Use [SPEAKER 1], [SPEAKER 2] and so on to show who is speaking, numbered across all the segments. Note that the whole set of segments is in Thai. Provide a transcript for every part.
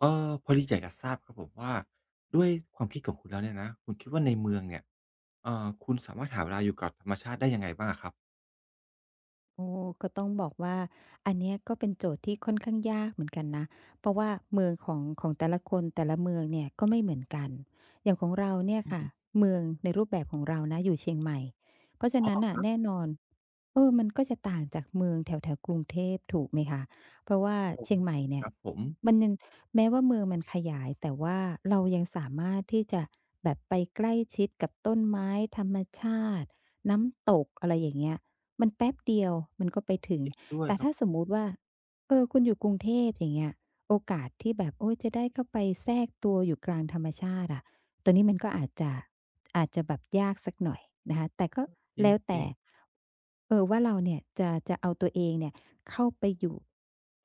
[SPEAKER 1] เออพอดีอยากจะทราบครับผมว่าด้วยความคิดของคุณแล้วเนี่ยนะคุณคิดว่าในเมืองเนี่ยเอ่อคุณสามารถหาเวลาอยู่กับธรรมชาติได้ยังไงบ้างอะครับ
[SPEAKER 2] โอ้ก็ต้องบอกว่าอันเนี้ยก็เป็นโจทย์ที่ค่อนข้างยากเหมือนกันนะเพราะว่าเมืองของแต่ละคนแต่ละเมืองเนี่ยก็ไม่เหมือนกันอย่างของเราเนี่ยค่ะ
[SPEAKER 1] อืม
[SPEAKER 2] เมืองในรูปแบบของเรานะอยู่เชียงใหม่เพราะฉะ
[SPEAKER 1] อ๋อ
[SPEAKER 2] นั้น
[SPEAKER 1] ค
[SPEAKER 2] น่ะ
[SPEAKER 1] รั
[SPEAKER 2] แน่
[SPEAKER 1] บ
[SPEAKER 2] นอนมันก็จะต่างจากเมืองแถวแถวกรุงเทพถูกไหมคะเพราะว่า
[SPEAKER 1] ผม
[SPEAKER 2] เชียงใหม่
[SPEAKER 1] ค
[SPEAKER 2] เนี่ย
[SPEAKER 1] รับผม
[SPEAKER 2] มันยังแม้ว่าเมืองมันขยายแต่ว่าเรายังสามารถที่จะแบบไปใกล้ชิดกับต้นไม้ธรรมชาติน้ำตกอะไรอย่างเงี้ย มันแป๊บเดียวมันก็ไปถึง
[SPEAKER 1] จริงด้วย
[SPEAKER 2] แต่
[SPEAKER 1] ครับ
[SPEAKER 2] ถ้าสมมุติว่าคุณอยู่กรุงเทพอย่างเงี้ยโอกาสที่แบบโอ๊ยจะได้เข้าไปแทรกตัวอยู่กลางธรรมชาติอะตัวนี้มันก็อาจจะอาจจะแบบยากสักหน่อยนะคะแต่ก็
[SPEAKER 1] จริง
[SPEAKER 2] แล้ว
[SPEAKER 1] จริ
[SPEAKER 2] แต่
[SPEAKER 1] ง
[SPEAKER 2] ว่าเราเนี่ยจะเอาตัวเองเนี่ยเข้าไปอยู่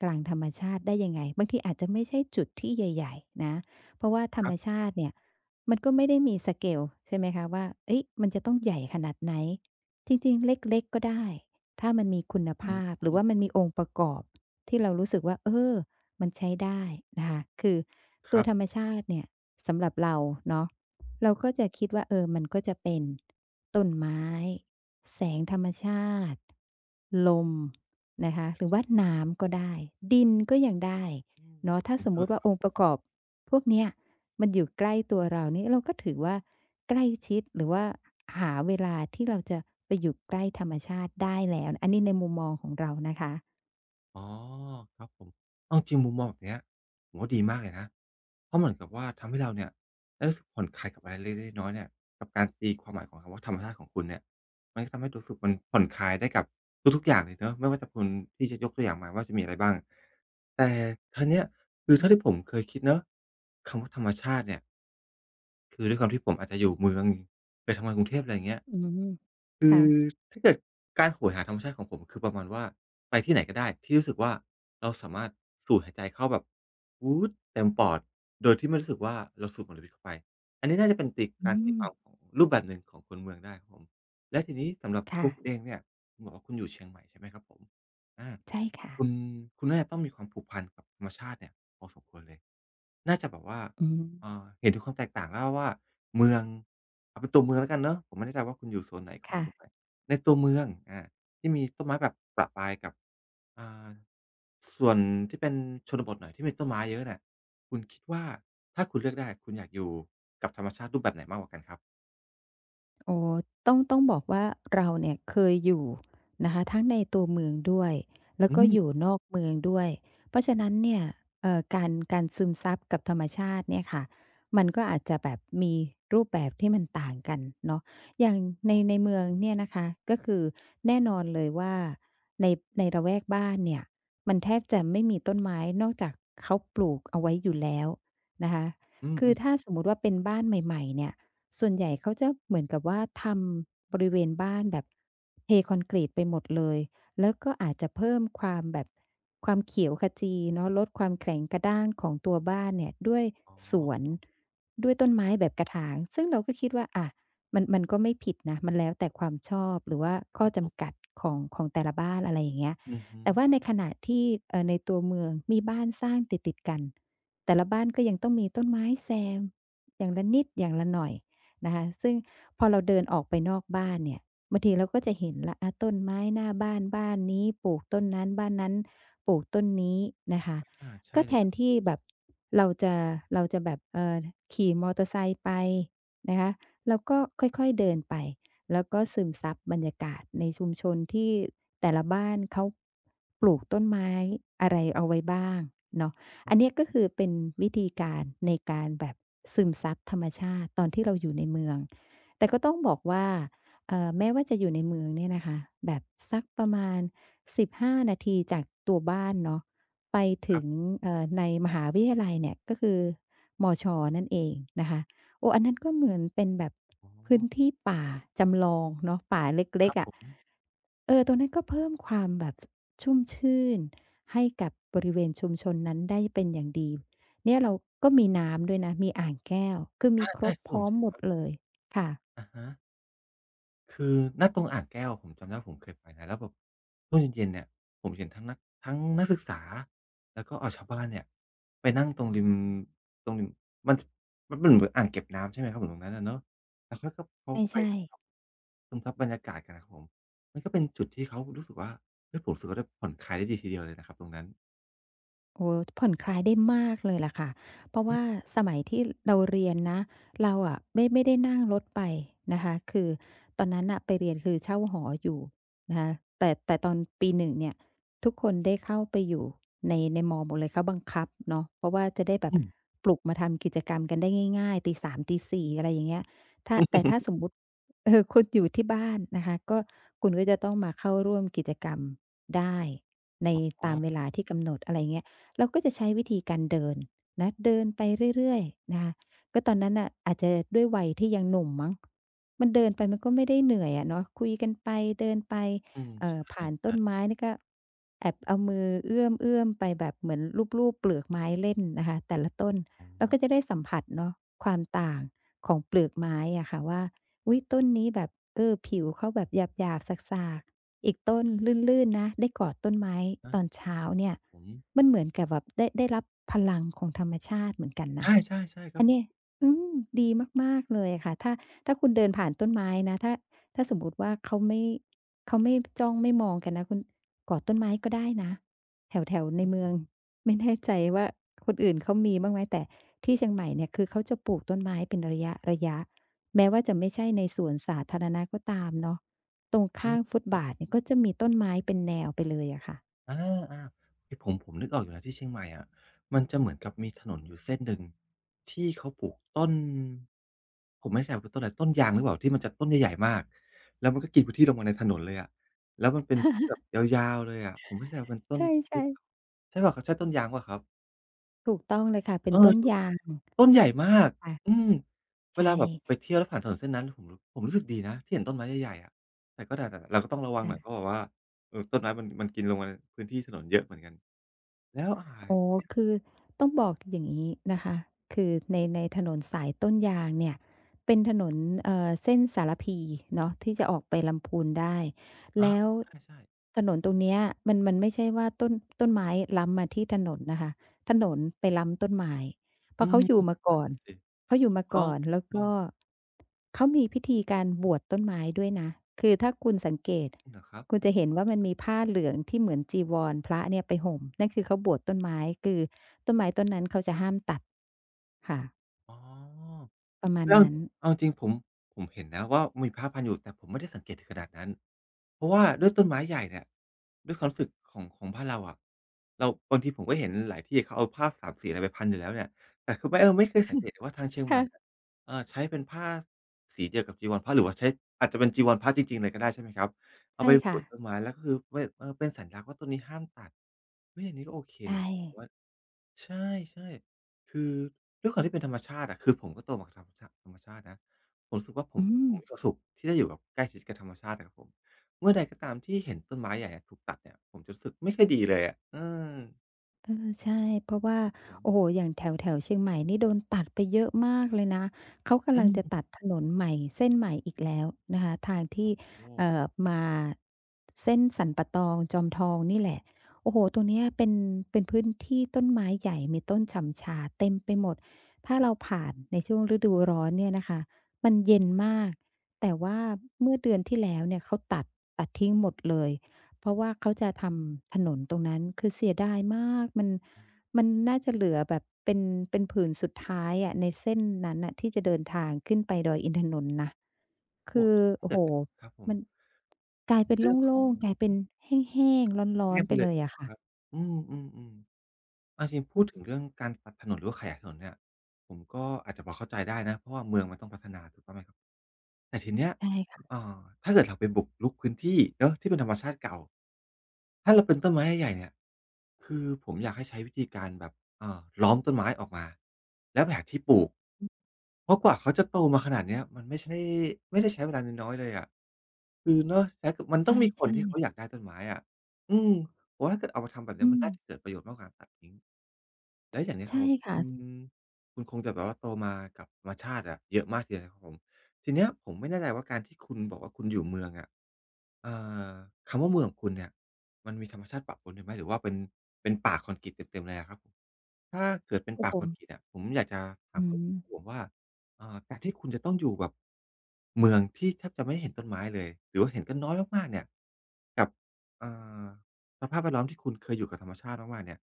[SPEAKER 2] กลางธรรมชาติได้ยังไงบางทีอาจจะไม่ใช่จุดที่ใหญ่ๆนะ เพราะว่าธร
[SPEAKER 1] ค
[SPEAKER 2] ร
[SPEAKER 1] รั
[SPEAKER 2] ม
[SPEAKER 1] บ
[SPEAKER 2] ชาติเนี่ยมันก็ไม่ได้มีสเกลใช่ไหมคะว่าเฮ้ยมันจะต้องใหญ่ขนาดไหน จริงๆเล็กๆก็ได้ ถ้ามันมีคุณ
[SPEAKER 1] อื
[SPEAKER 2] ภาพ
[SPEAKER 1] ม
[SPEAKER 2] หรือว่ามันมีองค์ประกอบที่เรารู้สึกว่าเออมันใช้ได้นะคะคือ
[SPEAKER 1] ค
[SPEAKER 2] ตั
[SPEAKER 1] รั
[SPEAKER 2] วธรร
[SPEAKER 1] บ
[SPEAKER 2] มชาติเนี่ยสำหรับเราเนาะเราก็จะคิดว่าเออมันก็จะเป็นต้นไม้แสงธรรมชาติลมนะคะหรือว่าน้ำก็ได้ดินก็ยังได้
[SPEAKER 1] อืม
[SPEAKER 2] เนาะถ้าสม
[SPEAKER 1] เด้
[SPEAKER 2] มุ
[SPEAKER 1] วย
[SPEAKER 2] ติว่าองค์ประกอบพวกเนี้ยมันอยู่ใกล้ตัวเรานี่เราก็ถือว่า ใกล้ชิดหรือว่าหาเวลาที่เราจะไปอยู่ใกล้ธรรมชาติได้แล้วอันนี้ในมุมมองของเรานะคะ
[SPEAKER 1] อ๋อครับผมเอาจริงมุมมองแบบเนี้ยผมว่าดีมากเลยนะ เพราะเหมือนกับว่าทำให้เราเนี่ยได้รู้สึกผ่อนคลายกับอะไรเล็กๆน้อยๆเนี่ยกับการตีความหมายของคำว่าธรรมชาติของคุณเนี่ยมันก็ทำให้รู้สึกมันผ่อนคลายได้กับทุกๆอย่างเลยเนอะไม่ว่าจะคุณที่จะยกตัวอย่างมาว่าจะมีอะไรบ้างแต่ทีเนี้ยคือ
[SPEAKER 2] ค่ะ
[SPEAKER 1] เท่าที่ผมเคยคิดเนอะคำว่าธรรมชาติเนี่ยคือด้วยความที่ผมอาจจะอยู่เมืองไปทำงานกรุงเทพอะไรอย่างเงี้ย
[SPEAKER 2] อืม
[SPEAKER 1] คือ
[SPEAKER 2] ค่ะ
[SPEAKER 1] ถ้าเกิดการโหยหาธรรมชาติของผมคือประมาณว่าไปที่ไหนก็ได้ที่รู้สึกว่าเราสามารถสูดหายใจเข้าแบบวูดเต็มปอดโดยที่ไม่รู้สึกว่าเราสูดมลพิษเข้าไปอันนี้น่าจะเป็นตี
[SPEAKER 2] อื
[SPEAKER 1] การตี
[SPEAKER 2] ม
[SPEAKER 1] ความของรูปแบบหนึ่งของคนเมืองได้ครับผมและทีนี้สำหรับตัวคุณเอ
[SPEAKER 2] ค่ะ
[SPEAKER 1] งเนี่ยคุณบอกว่าคุณอยู่เชียงใหม่ใช่ไหมครับผมอา
[SPEAKER 2] ใช่ค่ะ
[SPEAKER 1] คุณคุณน่าจะต้องมีความผูกพันกับธรรมชาติเนี่ยพอสมควรเลยน่าจะแบบว่า
[SPEAKER 2] อืม
[SPEAKER 1] อ่าเห็นถึงความแตกต่างแล้วว่าเมืองเอาเป็นตัวเมืองแล้วกันเนาะผมไม่แน่ใจว่าคุณอยู่โซนไหนของเชียงให
[SPEAKER 2] ค่ะ
[SPEAKER 1] ม่ในตัวเมืองอาที่มีต้นไม้แบบประปรายกับอ่าส่วนที่เป็นชนบทหน่อยที่มีต้นไม้เยอะเนี่ยคุณคิดว่าถ้าคุณเลือกได้คุณอยากอยู่กับธรรมชาติรูปแบบไหนมากกว่ากันครับ
[SPEAKER 2] โอ้ต้องบอกว่าเราเนี่ยเคยอยู่นะคะทั้งในตัวเมืองด้วยแล้ว
[SPEAKER 1] อื
[SPEAKER 2] ก็
[SPEAKER 1] ม
[SPEAKER 2] อยู่นอกเมืองด้วยเพราะฉะนั้นเนี่ยการซึมซับกับธรรมชาติเนี่ยค่ะมันก็อาจจะแบบมีรูปแบบที่มันต่างกันเนาะอย่างใน
[SPEAKER 1] อ๋อ
[SPEAKER 2] ในเมืองเนี่ยนะคะก็คือแน่นอนเลยว่าในในละแวกบ้านเนี่ยมันแทบจะไม่มีต้นไม้นอกจากเขาปลูกเอาไว้อยู่แล้วนะคะ
[SPEAKER 1] อืม
[SPEAKER 2] คื
[SPEAKER 1] อื
[SPEAKER 2] อ
[SPEAKER 1] ม
[SPEAKER 2] ถ้า
[SPEAKER 1] ๆ
[SPEAKER 2] สมมุติว่าเป็นบ้านใหม่ๆเนี่ย ส่วนใหญ่เขาจะเหมือนกับว่าทำบริเวณบ้านแบบเทคอนกรีตไปหมดเลย แล้วก็อาจจะเพิ่มความแบบความเขียวขจีเนาะลดความแข็งกระด้างของตัวบ้านเนี่ยด้วย
[SPEAKER 1] อ๋อ
[SPEAKER 2] สวนด้วยต้นไม้แบบกระถางซึ่งเราก็คิดว่าอะมันมันก็ไม่ผิดนะมันแล้วแต่ความชอบหรือว่า
[SPEAKER 1] ค
[SPEAKER 2] ข้อ
[SPEAKER 1] รับผ
[SPEAKER 2] จำกั
[SPEAKER 1] ม
[SPEAKER 2] ดของแต่ละบ้านอะไรอย่างเงี้ย
[SPEAKER 1] อือฮึ
[SPEAKER 2] แต่ว่าในขณะที่ในตัวเมืองมีบ้านสร้างติดๆกันแต่ละบ้านก็ยังต้องมีต้นไม้แซมอย่างละนิดอย่างละหน่อย นะคะซึ่งพอเราเดินออกไปนอกบ้านเนี่ยบางทีเราก็จะเห็นละอะต้นไม้หน้าบ้านบ้านนี้ปลูกต้นนั้นบ้านนั้นปลูกต้นนี้นะคะ
[SPEAKER 1] อาใช่
[SPEAKER 2] ก็
[SPEAKER 1] เล
[SPEAKER 2] แท
[SPEAKER 1] ยค
[SPEAKER 2] นที่แบบเราจะเราจะแบบขี่มอเตอร์ไซค์ไปนะคะเราก็ค่อยๆเดินไปแล้วก็ซึมซับบรรยากาศในชุมชนที่แต่ละบ้านเขาปลูกต้นไม้อะไรเอาไว้บ้างเนาะ
[SPEAKER 1] รั
[SPEAKER 2] อั
[SPEAKER 1] บ
[SPEAKER 2] นเนี้ยก็คือเป็นวิธีการในการแบบซึมซับธรรมชาติตอนที่เราอยู่ในเมืองแต่ก็ต้องบอกว่าแม้ว่าจะอยู่ในเมืองเนี่ยนะคะแบบสักประมาณ15นาทีจากตัวบ้านเนาะไป
[SPEAKER 1] ค
[SPEAKER 2] ถึ
[SPEAKER 1] รั
[SPEAKER 2] ง
[SPEAKER 1] บ
[SPEAKER 2] ในมหาวิทยาลัยเนี่ยก็คือมชนั่นเองนะคะโอ้อันนั้นก็เหมือนเป็นแบบ
[SPEAKER 1] อ๋อ
[SPEAKER 2] พื้นที่ป่าจำลองเนาะป่าเ
[SPEAKER 1] ค
[SPEAKER 2] ล็ก
[SPEAKER 1] รับ
[SPEAKER 2] ๆ
[SPEAKER 1] ผ
[SPEAKER 2] อะ
[SPEAKER 1] ม
[SPEAKER 2] เออตรงนั้นก็เพิ่มความแบบชุ่มชื่นให้กับบริเวณชุมชนนั้นได้เป็นอย่างดีเนี่ยเราก็มีน้ำด้วยนะ มีอ่างแก้ว คือมี
[SPEAKER 1] อา
[SPEAKER 2] คร
[SPEAKER 1] ใช่
[SPEAKER 2] บ
[SPEAKER 1] ครับผ
[SPEAKER 2] พ
[SPEAKER 1] ม
[SPEAKER 2] ร้อม
[SPEAKER 1] ใช่
[SPEAKER 2] หม
[SPEAKER 1] ค
[SPEAKER 2] ด
[SPEAKER 1] รับ
[SPEAKER 2] เลยค่ะ
[SPEAKER 1] อะฮะคือณตรงอ่างแก้วผมจำได้ว่าผมเคยไปนะแล้วแบบช่วงเย็นๆเนี่ยผมเห็นทั้งนักศึกษาแล้วก็ชาวบ้านเนี่ยไปนั่งตรงริมมันมันเป็นเหมือนอ่างเก็บน้ำใช่ไหมครับผมตรงนั้นอะเนาะแล้วเขาก็ไป
[SPEAKER 2] ใช่
[SPEAKER 1] ซึมซับ
[SPEAKER 2] ๆ
[SPEAKER 1] ซึมซับบรรยากาศกันนะครับผมมันก็เป็นจุดที่เขารู้สึกว่าเฮ้ยผมรู้สึกว่าได้ผ่อนคลายได้ดีทีเดียวเลยนะครับตรงนั้น
[SPEAKER 2] โอ้ผ่อนคลายได้มากเลยล่ะค่ะ เพราะว่า
[SPEAKER 1] อ
[SPEAKER 2] สมัยที่เราเรียนนะเราอะไม่ได้นั่งรถไปนะคะคือตอนนั้นอ่ะไปเรียนคือเช่าหออยู่นะคะแต่ตอนปีหนึ่งเนี่ยทุกคนได้เข้าไปอยู่ในมอหมดเลยเขาบังคับเนาะเพราะว่าจะได้แบ
[SPEAKER 1] ื
[SPEAKER 2] บ
[SPEAKER 1] ม
[SPEAKER 2] ปลุกมาทำกิจกรรมกันได้ง่ายๆ ตีสามตีสี่อะไรอย่างเงี้ยแต่ถ้าส มมุติ เออคุณอยู่ที่บ้านนะคะก็คุณก็จะต้องมาเข้าร่วมกิจกรรมได้ใน
[SPEAKER 1] อ๋
[SPEAKER 2] ตามเว
[SPEAKER 1] อ
[SPEAKER 2] ลาที่กำหนดอะไรเงี้ย เราก็จะใช้วิธีการเดินนะเดินไปเรื่อยๆนะคะก็ตอนนั้นน่ะอาจจะด้วยวัยที่ยังหนุ่มมั้งมันเดินไปมันก็ไม่ได้เหนื่อยอะเนาะคุยกันไปเดินไป
[SPEAKER 1] อืมใช
[SPEAKER 2] ผ่านต้
[SPEAKER 1] ่
[SPEAKER 2] น
[SPEAKER 1] ๆ
[SPEAKER 2] ไม้นี่ก็แอบเอามือเอื้อมๆไปแบบเหมือนลูบๆเปลือกไม้เล่นนะคะแต่ละต้น
[SPEAKER 1] อ๋อ
[SPEAKER 2] เราก็จะได้สัมผัสเนาะความต่างของเปลือกไม้อะค่ะว่าอุ๊ยต้นนี้แบบผิวเขาแบบหยาบๆสากๆอีกต้นลื่นๆนะได้กอดต้นไม้
[SPEAKER 1] ครั
[SPEAKER 2] ต
[SPEAKER 1] บ
[SPEAKER 2] อนเช้าเนี่ย
[SPEAKER 1] ผม
[SPEAKER 2] มันเหมือนกับแบบได้รับพลังของธรรมชาติเหมือนกัน
[SPEAKER 1] ใช
[SPEAKER 2] นะ
[SPEAKER 1] ่ๆๆครั
[SPEAKER 2] อั
[SPEAKER 1] บ
[SPEAKER 2] น
[SPEAKER 1] ผ
[SPEAKER 2] เนี้ย
[SPEAKER 1] ม
[SPEAKER 2] อืมดีมากๆเลยค่ะถ้าคุณเดินผ่านต้นไม้นะถ้าสมมุติว่าเขาไม่จ้องไม่มองกันนะคุณกอดต้นไม้ก็ได้นะแถวๆในเมือง ไม่แน่ใจว่าคนอื่นเขามีบ้างไหมแต่ที่เชียงใหม่เนี่ยคือเขาจะปลูกต้นไม้เป็นระยะๆแม้ว่าจะไม่ใช่ในสวนสาธารณะก็ตามเนาะตรง
[SPEAKER 1] อื
[SPEAKER 2] ข้า
[SPEAKER 1] ม
[SPEAKER 2] งฟุต
[SPEAKER 1] ครั
[SPEAKER 2] บา
[SPEAKER 1] บ
[SPEAKER 2] ทเนี่ยก็จะมีต้นไม้เป็นแนวไปเลยอะค่ะ
[SPEAKER 1] อาๆเฮ้ยผมนึกออกอยู่นะที่เชียงใหม่อะมันจะเหมือนกับมีถนนอยู่เส้นหนึ่งที่เขาปลูกต้นผมไม่แน่ใจว่าเป็นต้นอะไรต้นยางหรือเปล่าที่มันจะต้นใหญ่ๆมากแล้วมันก็กินพื้นที่ลงมาในถนนเลยอะแล้วมันเป็นพื้นที่แบบยาวๆเลยอะผมไม่แน่ใจว่าเป็นต้
[SPEAKER 2] ใช
[SPEAKER 1] นใช่หรือ
[SPEAKER 2] ่
[SPEAKER 1] เปล่า
[SPEAKER 2] ๆ
[SPEAKER 1] ใช่เปล่าครับใช่ต้นยางเปล่าครับ
[SPEAKER 2] ถูกต้องเลยค่ะเป็
[SPEAKER 1] เอ
[SPEAKER 2] น
[SPEAKER 1] อ
[SPEAKER 2] ต้น
[SPEAKER 1] ถ
[SPEAKER 2] ยาง
[SPEAKER 1] ต้นใหญ่มากอื
[SPEAKER 2] ค่ะ
[SPEAKER 1] มเว
[SPEAKER 2] ใช
[SPEAKER 1] ลาแบบไป
[SPEAKER 2] ่
[SPEAKER 1] เที่ยวแล้วผ่านถนนเส้นนั้นผมรู้สึกดีนะที่เห็นต้นไม้ใหญ่ๆอะแต่เราก็ต้องระวังหน่อยเพราะ
[SPEAKER 2] ค่ะ
[SPEAKER 1] แบบว่าต้นไม้มันกินลงมาในพื้นที่ถนนเยอะเหมือนกันแล้วอ่า
[SPEAKER 2] อ๋อคือต้องบอกอย่างนี้นะคะคือในถนนสายต้นยางเนี่ยเป็นถนนเส้นสารพีเนาะที่จะออกไปลำพูนได้
[SPEAKER 1] อา
[SPEAKER 2] แล้ว
[SPEAKER 1] ใช่ๆ
[SPEAKER 2] ถนนตรงเนี้ยมันไม่ใช่ว่าต้นไม้ล้ำมาที่ถนนนะคะถนนไปล้ำต้นไม้เพ
[SPEAKER 1] อื
[SPEAKER 2] ราะ
[SPEAKER 1] ม
[SPEAKER 2] เขาอยู่มา
[SPEAKER 1] นั่น
[SPEAKER 2] ก่อน
[SPEAKER 1] น่ะสิ
[SPEAKER 2] เขาอยู่
[SPEAKER 1] ต้อง
[SPEAKER 2] มาก่อนแล้ว
[SPEAKER 1] ต้อ
[SPEAKER 2] ก็
[SPEAKER 1] ง
[SPEAKER 2] เขามีพิธีการบวชต้นไม้ด้วยนะคือถ้าคุณสังเกต
[SPEAKER 1] เหรอครับ
[SPEAKER 2] คุณจะเห็นว่ามันมีผ้าเหลืองที่เหมือนจีวรพระเนี่ยไปห่มนั่นคือเขาบวชต้นไม้คือต้นไม้ต้นนั้นเขาจะห้ามตัดค่ะ
[SPEAKER 1] อ๋อ
[SPEAKER 2] ประมาณ
[SPEAKER 1] แล้ว
[SPEAKER 2] นั้น
[SPEAKER 1] เอาจริงผมเห็นนะว่ามีพระพันอยู่แต่ผมไม่ได้สังเกตถึงขนาดนั้นเพราะว่าด้วยต้นไม้ใหญ่เนี่ยด้วยความรู้สึกของบ้านเราอะเราบางทีผมก็เห็นหลายที่เขาเอาผ้าสามสีอะไรไปพันอยู่แล้วเนี่ยแต่คือไม่ไม่เคยสังเกตเลยว่าทางเชียงใหม่เนี่ย
[SPEAKER 2] ค่ะ
[SPEAKER 1] ใช้เป็นผ้าสีเดียวกับจีวรพระหรือว่าใช้อาจจะเป็นจีวรพระจริงๆเลยก็ได้ใช่ไหมครับเอา
[SPEAKER 2] ใช่
[SPEAKER 1] ไปผู
[SPEAKER 2] ค่ะ
[SPEAKER 1] กต้นไม้แล้วก็คือเว้ยเป็นสัญลักษณ์ว่าต้นนี้ห้ามตัดเฮ้ยอันนี้ก็โอเค
[SPEAKER 2] ใช่
[SPEAKER 1] ใช่ๆคือด้วยความที่เป็นธรรมชาติอะคือผมก็โตมากับธรรมชาติธรรมชาตินะผมรู้สึกว่าผม
[SPEAKER 2] อืม
[SPEAKER 1] ผมมีความสุขที่ได้อยู่กับใกล้ชิดกับธรรมชาติอะครับผมเมื่อใดก็ตามที่เห็นต้นไม้ใหญ่อะถูกตัดเนี่ยผมจะรู้สึกไม่ค่อยดีเลยอะเออ
[SPEAKER 2] เออใช่เพราะว่า
[SPEAKER 1] ผม
[SPEAKER 2] โอ้โหอย่างแถวแถวเชียงใหม่นี่โดนตัดไปเยอะมากเลยนะเขา
[SPEAKER 1] อื
[SPEAKER 2] กำลังจะตั
[SPEAKER 1] ม
[SPEAKER 2] ดถนนใหม่เส้นใหม่อีกแล้วนะคะทางที่
[SPEAKER 1] โอ้โฮ
[SPEAKER 2] มาเส้นสันป่าตองจอมทองนี่แหละโอ้โหตรงเนี้ยเป็นพื้นที่ต้นไม้ใหญ่มีต้นฉ่ำชาเต็มไปหมดถ้า
[SPEAKER 1] ของ
[SPEAKER 2] เราผ่านในช่วงฤดูร้อนเนี่ยนะคะมันเย็นมากแต่ว่าเมื่อเดือนที่แล้วเนี่ยเขาตัดทิ้งหมดเลย เพราะว่าเขาจะทำถนนตรงนั้นคือเสียดายมากมันน่าจะเหลือแบบเป็นผืนสุดท้ายอะในเส้นนั้นน่ะที่จะเดินทางขึ้นไปดอยอินทนนท์นะ
[SPEAKER 1] พว
[SPEAKER 2] คื
[SPEAKER 1] ก
[SPEAKER 2] อ
[SPEAKER 1] ถ้า
[SPEAKER 2] โอ้
[SPEAKER 1] เกิ
[SPEAKER 2] โฮ
[SPEAKER 1] ดครับผม
[SPEAKER 2] มันกลายเป็น
[SPEAKER 1] เรื่องของ
[SPEAKER 2] โล่งๆกลายเป็น
[SPEAKER 1] ม
[SPEAKER 2] แห้งๆร้อ
[SPEAKER 1] เรี
[SPEAKER 2] น
[SPEAKER 1] ยก
[SPEAKER 2] ๆ
[SPEAKER 1] ไป
[SPEAKER 2] ไป
[SPEAKER 1] เล
[SPEAKER 2] เล
[SPEAKER 1] ย
[SPEAKER 2] ยอะค่ะ
[SPEAKER 1] ครับอืมๆๆเอาจริงพู
[SPEAKER 2] อื
[SPEAKER 1] ดถึง
[SPEAKER 2] ม
[SPEAKER 1] เรื่องการตัดถนนหรือว่าขยายถนนเนี่ยผมก็อาจจะพอเข้าใจได้นะเพราะว่าเมืองมันต้องพัฒนาถูกต้องไหมครับ แต่ทีเนี้ย
[SPEAKER 2] ใช่ค่ะ
[SPEAKER 1] เอ่าถ้าเกิดเราไปบุกรุกพื้นที่เนาะที่เป็นธรรมชาติเก่าถ้าเราเป็นต้นไม้ใหญ่ๆเนี่ยคือผมอยากให้ใช้วิธีการแบบล้อมต้นไม้ออกมาแล้วไปหาที่ปลูกเพราะกว่าเขาจะโตมาขนาดเนี้ยมันไม่ใช่ไม่ได้ใช้เวลาน้อยๆเลยอะคือเนาะแต่ถ้าเกิดมันต้องมีคน
[SPEAKER 2] ใช่
[SPEAKER 1] ที่เขาอยาก
[SPEAKER 2] ๆ
[SPEAKER 1] ได้ต้นไม้อะอืมผมว่าถ้าเกิดเอามาทำแบบเนี้ย
[SPEAKER 2] อื
[SPEAKER 1] มัน
[SPEAKER 2] ม
[SPEAKER 1] น่าจะเกิดประโยชน์มากกว่าการตัดทิ้งแล้วอย่างเนี้ยครับ
[SPEAKER 2] ใช่
[SPEAKER 1] ผมคุ
[SPEAKER 2] ค่ะ
[SPEAKER 1] ณคุณคงจะแบบว่าโตมากับธรรมชาติอะเยอะมากทีเดียวนะครับผม ทีเนี้ยผมไม่แน่ใจว่าการที่คุณบอกว่าคุณอยู่เมืองอะเอ่าคำว่าเมืองของคุณเนี่ยมันมีธรรมชาติปะปนอยู่ไหมหรือว่าเป็นเป็นป่าคอนกรีตเต็มๆเลยอะครับผมถ้าเกิดเป็น
[SPEAKER 2] โอ้
[SPEAKER 1] ป่า
[SPEAKER 2] โฮ
[SPEAKER 1] คอนกรีตอะผมอยากจะถาม
[SPEAKER 2] อื
[SPEAKER 1] ความ
[SPEAKER 2] ม
[SPEAKER 1] รู้สึกของผมว่าเอ่าการที่คุณจะต้องอยู่แบบเมืองที่แทบจะไม่เห็นต้นไม้เลยหรือว่าเห็นกันน้อยมากๆเนี่ยกับเอ่าสภาพแวดล้อมที่คุณเคยอยู่กับธรรมชาติมากๆเนี่ย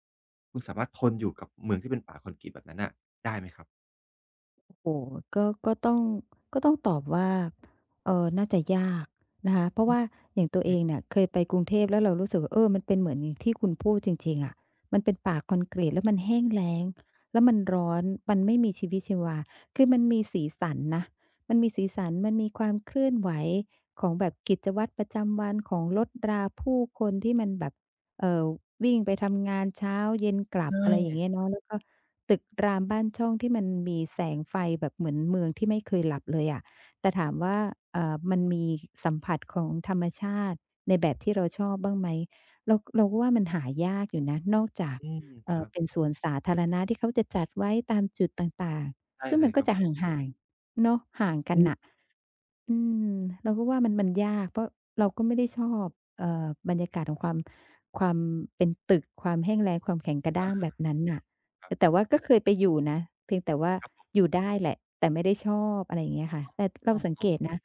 [SPEAKER 1] คุณสามารถทนอยู่กับเมืองที่เป็นป่าคอนกรีตแบบนั้นน่ะได้ไหมครับ
[SPEAKER 2] โอ้โฮก็ก็ต้องตอบว่าน่าจะยากนะคะเพราะ
[SPEAKER 1] อืม
[SPEAKER 2] ว่าอย่างตัวเอ
[SPEAKER 1] ไม่
[SPEAKER 2] งเนี่ยเคยไปกรุงเทพแล้วเรารู้สึกว่าเออมันเป็นเหมือนอย่างที่คุณพูดจริงๆอะมันเป็นป่าคอนกรีตแล้วมันแห้งแล้งแล้วมันร้อนมันไม่มีชีวิตชีวาคือมันมีสีสันนะมันมีสีสันมันมีความเคลื่อนไหวของแบบกิจวัตรประจำวันของรถราผู้คนที่มันแบบเอ่อวิ่งไปทำงานเช้าเย็นกลับ
[SPEAKER 1] ใช่
[SPEAKER 2] อะไรอย่างเงี้ยเนาะแล้วก็ ตึกรามบ้านช่องที่มันมีแสงไฟแบบเหมือนเมืองที่ไม่เคยหลับเลยอะแต่ถามว่ามันมีสัมผัสของธรรมชาติในแบบที่เราชอบบ้างไหมเราก็ว่ามันหายากอยู่นะนอกจาก
[SPEAKER 1] อืมครับ
[SPEAKER 2] เป็นสวนสาธารณะที่เขาจะจัดไว้ตามจุดต่าง
[SPEAKER 1] ใช่
[SPEAKER 2] ๆซึ่ง
[SPEAKER 1] เล
[SPEAKER 2] มั
[SPEAKER 1] ย
[SPEAKER 2] น
[SPEAKER 1] ค
[SPEAKER 2] ก็
[SPEAKER 1] รับ
[SPEAKER 2] จะห่างๆเนาะห่างกั
[SPEAKER 1] อื
[SPEAKER 2] น
[SPEAKER 1] ม
[SPEAKER 2] น่ะ อืมเราก็ว่ามันยากเพราะเราก็ไม่ได้ชอบบรรยากาศของความความเป็นตึกความแห้งแล้งความแข็งกระด้างแบบนั้นน่ะ
[SPEAKER 1] ครั
[SPEAKER 2] แต่
[SPEAKER 1] บ
[SPEAKER 2] ว่าก็เคยไปอยู่นะเพียงแต่ว่า
[SPEAKER 1] ครับผ
[SPEAKER 2] อ
[SPEAKER 1] ม
[SPEAKER 2] ยู่ได้แหละแต่ไม่ได้ชอบอะไรอย่างเงี้ยค่ะแต่
[SPEAKER 1] อ้
[SPEAKER 2] เรา
[SPEAKER 1] อ
[SPEAKER 2] สัง
[SPEAKER 1] อ๋อ
[SPEAKER 2] เกตนะ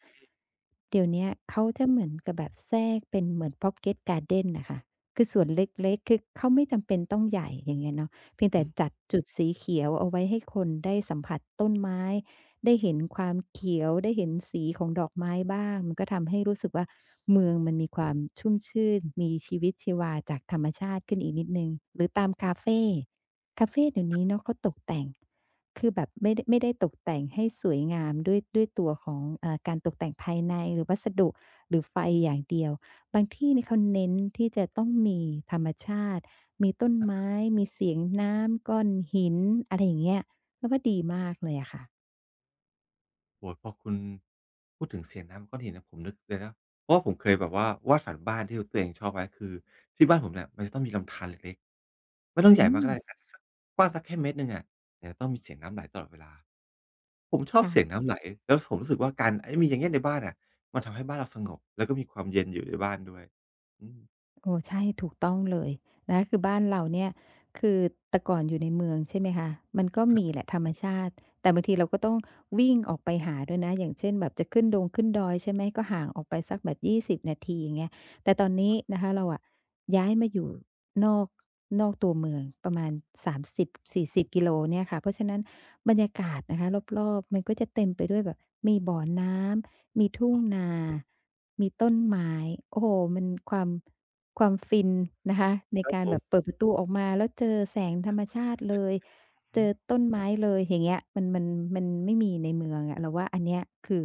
[SPEAKER 2] เดี๋ยวเนี้ยเขาจะเหมือนกับแบบแทรกเป็นเหมือน Pocket Garden น่ะค่ะคือสวนเล็กๆคือเขาไม่จำเป็นต้องใหญ่อย่างเงี้ยเนาะเพียง
[SPEAKER 1] อื
[SPEAKER 2] แต่
[SPEAKER 1] ม
[SPEAKER 2] จัดจุดสีเขียวเอาไว้ให้คนได้สัมผัสต้นไม้ ได้เห็นความเขียวได้เห็นสีของดอกไม้บ้างมันก็ทำให้รู้สึกว่าเมืองมันมีความชุ่มชื่นมีชีวิตชีวาจากธรรมชาติขึ้นอีกนิดหนึ่งหรือตามคาเฟคาเฟเดี๋ยวนี้เนาะเขาตกแต่งคือแบบไม่ได้ตกแต่งให้สวยงามด้วยตัวของการตกแต่งภายในหรือวัสดุหรือไฟอย่างเดียวบางที่นี่เขาเน้นที่จะต้องมีธรรมชาติมีต้นไม้มีเสียงน้ำก้อนหินอะไรอย่างเงี้ยเราว่าดีมากเลยอะค่ะ
[SPEAKER 1] โอ้โฮพอคุณพูดถึงเสียงน้ำก้อนหินนะผมนึกเลยนะเพราะว่าผมเคยแบบว่าวาดฝันบ้านที่ตัวเองชอบไว้คือที่บ้านผมเนี่ยมันจะต้องมีลำธารเล็กๆไม่ต้องใหญ่
[SPEAKER 2] อื
[SPEAKER 1] มาก
[SPEAKER 2] ม
[SPEAKER 1] ก็ได้อาจจะสักกว้างสักแค่เมตรหนึ่งอะแต่จะต้องมีเสียงน้ำไหลตลอดเวลาผมชอบ
[SPEAKER 2] ค่ะ
[SPEAKER 1] เสียงน้ำไหลแล้วผมรู้สึกว่าการไอ้มีอย่างเงี้ยในบ้านอะมันทำให้บ้านเราสงบแล้วก็มีความเย็นอยู่ในบ้านด้วยอืม
[SPEAKER 2] โอ้ใช่ถูกต้องเลยนะคือบ้านเราเนี่ยคือแต่ก่อนอยู่ในเมืองใช่ไหมคะมันก็มีแหละธรรมชาติแต่บางทีเราก็ต้องวิ่งออกไปหาด้วยนะอย่างเช่นแบบจะขึ้นดงขึ้นดอยใช่ไหมก็ห่างออกไปสักแบบ20นาทีอย่างเงี้ยแต่ตอนนี้นะคะเราอะย้ายมาอยู่นอกนอกตัวเมืองประมาณ30-40กิโลเนี่ยค่ะเพราะฉะนั้นบรรยากาศนะคะรอบๆมันก็จะเต็มไปด้วยแบบมีบ่อน้ำมีทุ่งนามีต้นไม้โอ้โฮมันความ ความฟินนะคะใน
[SPEAKER 1] ครับ
[SPEAKER 2] กา
[SPEAKER 1] ผ
[SPEAKER 2] รแบบ
[SPEAKER 1] ม
[SPEAKER 2] เปิดประตูออกมาแล้วเจอแสงธรรมชาติเลย
[SPEAKER 1] อือ
[SPEAKER 2] เจ
[SPEAKER 1] ฮึ
[SPEAKER 2] อต้นไม้เลยอย่างเงี้ยมันไม่มีในเมืองอะเราว่าอันเนี้ยคือ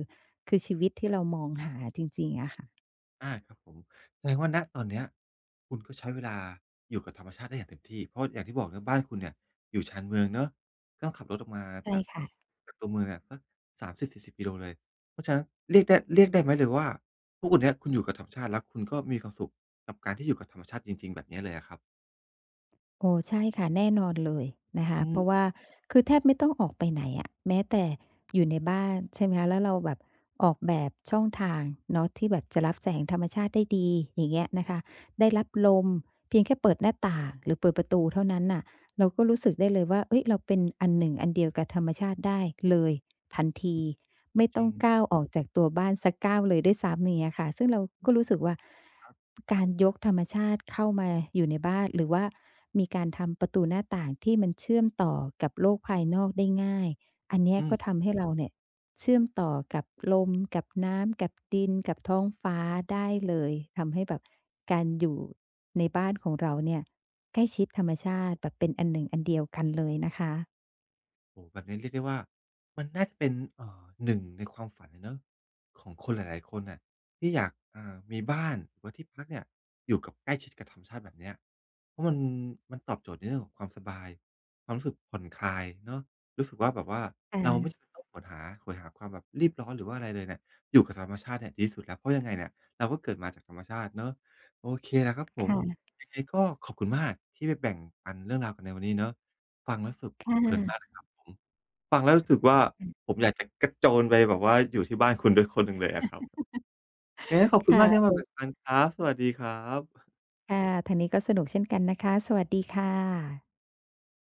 [SPEAKER 2] คือชีวิตที่เรามองหาจริงๆอะค่ะ
[SPEAKER 1] อาครับผมแสดงว่าณตอนเนี้ยคุณก็ใช้เวลาอยู่กับธรรมชาติได้อย่างเต็มที่เพราะอย่างที่บอกเนาะบ้านคุณเนี่ยอยู่ชานเมืองเนาะต้องขับรถออกมา
[SPEAKER 2] ใช่
[SPEAKER 1] จาก
[SPEAKER 2] ค่ะ
[SPEAKER 1] จากตัวเมืองเนี่ยสัก30-40 กิโลเลยเพราะฉะนั้นเรียกได้ไหมเลยว่าทุกวันเนี้ยคุณอยู่กับธรรมชาติแล้วคุณก็มีความสุขกับการที่อยู่กับธรรมชาติจริงๆแบบเนี้ยเลยอะครับ
[SPEAKER 2] โอ้ใช่ค่ะแน่นอนเลยนะ
[SPEAKER 1] อื
[SPEAKER 2] คะเพราะ
[SPEAKER 1] ม
[SPEAKER 2] ว่าคือแทบไม่ต้องออกไปไหนอะแม้แต่อยู่ในบ้านใช่ไหมคะแล้วเราแบบออกแบบช่องทางเนาะที่แบบจะรับแสงธรรมชาติได้ดีอย่างเงี้ยนะคะได้รับลมเพียงแค่เปิดหน้าต่างหรือเปิดประตูเท่านั้นน่ะเราก็รู้สึกได้เลยว่าเฮ้ยเราเป็นอันหนึ่งอันเดียวกับธรรมชาติได้เลย ทันทีไม่
[SPEAKER 1] จ
[SPEAKER 2] ต้
[SPEAKER 1] ริ
[SPEAKER 2] อ
[SPEAKER 1] ง
[SPEAKER 2] งก้าวออกจากตัวบ้านสักก้าวเลยด้วยซ้ำอย่างเงี้ยค่ะซึ่งเราก็รู้สึกว่าการยกธรรมชาติเข้ามาอยู่ในบ้านหรือว่ามีการทำประตูหน้าต่างที่มันเชื่อมต่อกับโลกภายนอกได้ง่ายอันเนี้ย
[SPEAKER 1] อื
[SPEAKER 2] ก็
[SPEAKER 1] ม
[SPEAKER 2] ทำให้เราเนี่ยเชื่อมต่อกับลมกับน้ำกับดินกับท้องฟ้าได้เลยทำให้แบบการอยู่ในบ้านของเราเนี่ยใกล้ชิดธรรมชาติแบบเป็นอันหนึ่งอันเดียวกันเลยนะคะ
[SPEAKER 1] โอ้โฮแบบนี้เรียกได้ว่ามันน่าจะเป็นหนึ่งในความฝันเลยเนาะของคนหลายๆคนน่ะที่อยากอ่ามีบ้านหรือว่าที่พักเนี่ยอยู่กับใกล้ชิดกับธรรมชาติแบบเนี้ยเพราะมันตอบโจทย์ในเรื่องของความสบายความรู้สึกผ่อนคลายเนาะรู้สึกว่าแบบว่าเราไม่จำ
[SPEAKER 2] ค่ะ
[SPEAKER 1] เป็นต้องโหยหาความแบบรีบร้อนหรือว่าอะไรเลยเนี่ยอยู่กับธรรมชาติเนี่ยดีที่สุดแล้วเพราะยังไงเนี่ยเราก็เกิดมาจากธรรมชาติเนาะโอเคแหละครับผม
[SPEAKER 2] ค่ะ
[SPEAKER 1] ยังไงก็ขอบคุณมากที่มาแบ่งปันเรื่องราวกันในวันนี้เนาะฟังแล้วรู้สึกเพ
[SPEAKER 2] ค่ะ
[SPEAKER 1] ลินมากเลยครับ ฟังแล้วรู้สึกว่าผมอยากจะกระโจนไปแบบว่าอยู่ที่บ้านคุณด้วยคนหนึ่งเลยอะครับยังไงขอบคุณมากที่
[SPEAKER 2] ค่ะ
[SPEAKER 1] มาแบ่งปันครับสวัสดีครับ
[SPEAKER 2] ค่ะทางนี้ก็สนุกเช่นกันนะคะสวัสดีค่ะ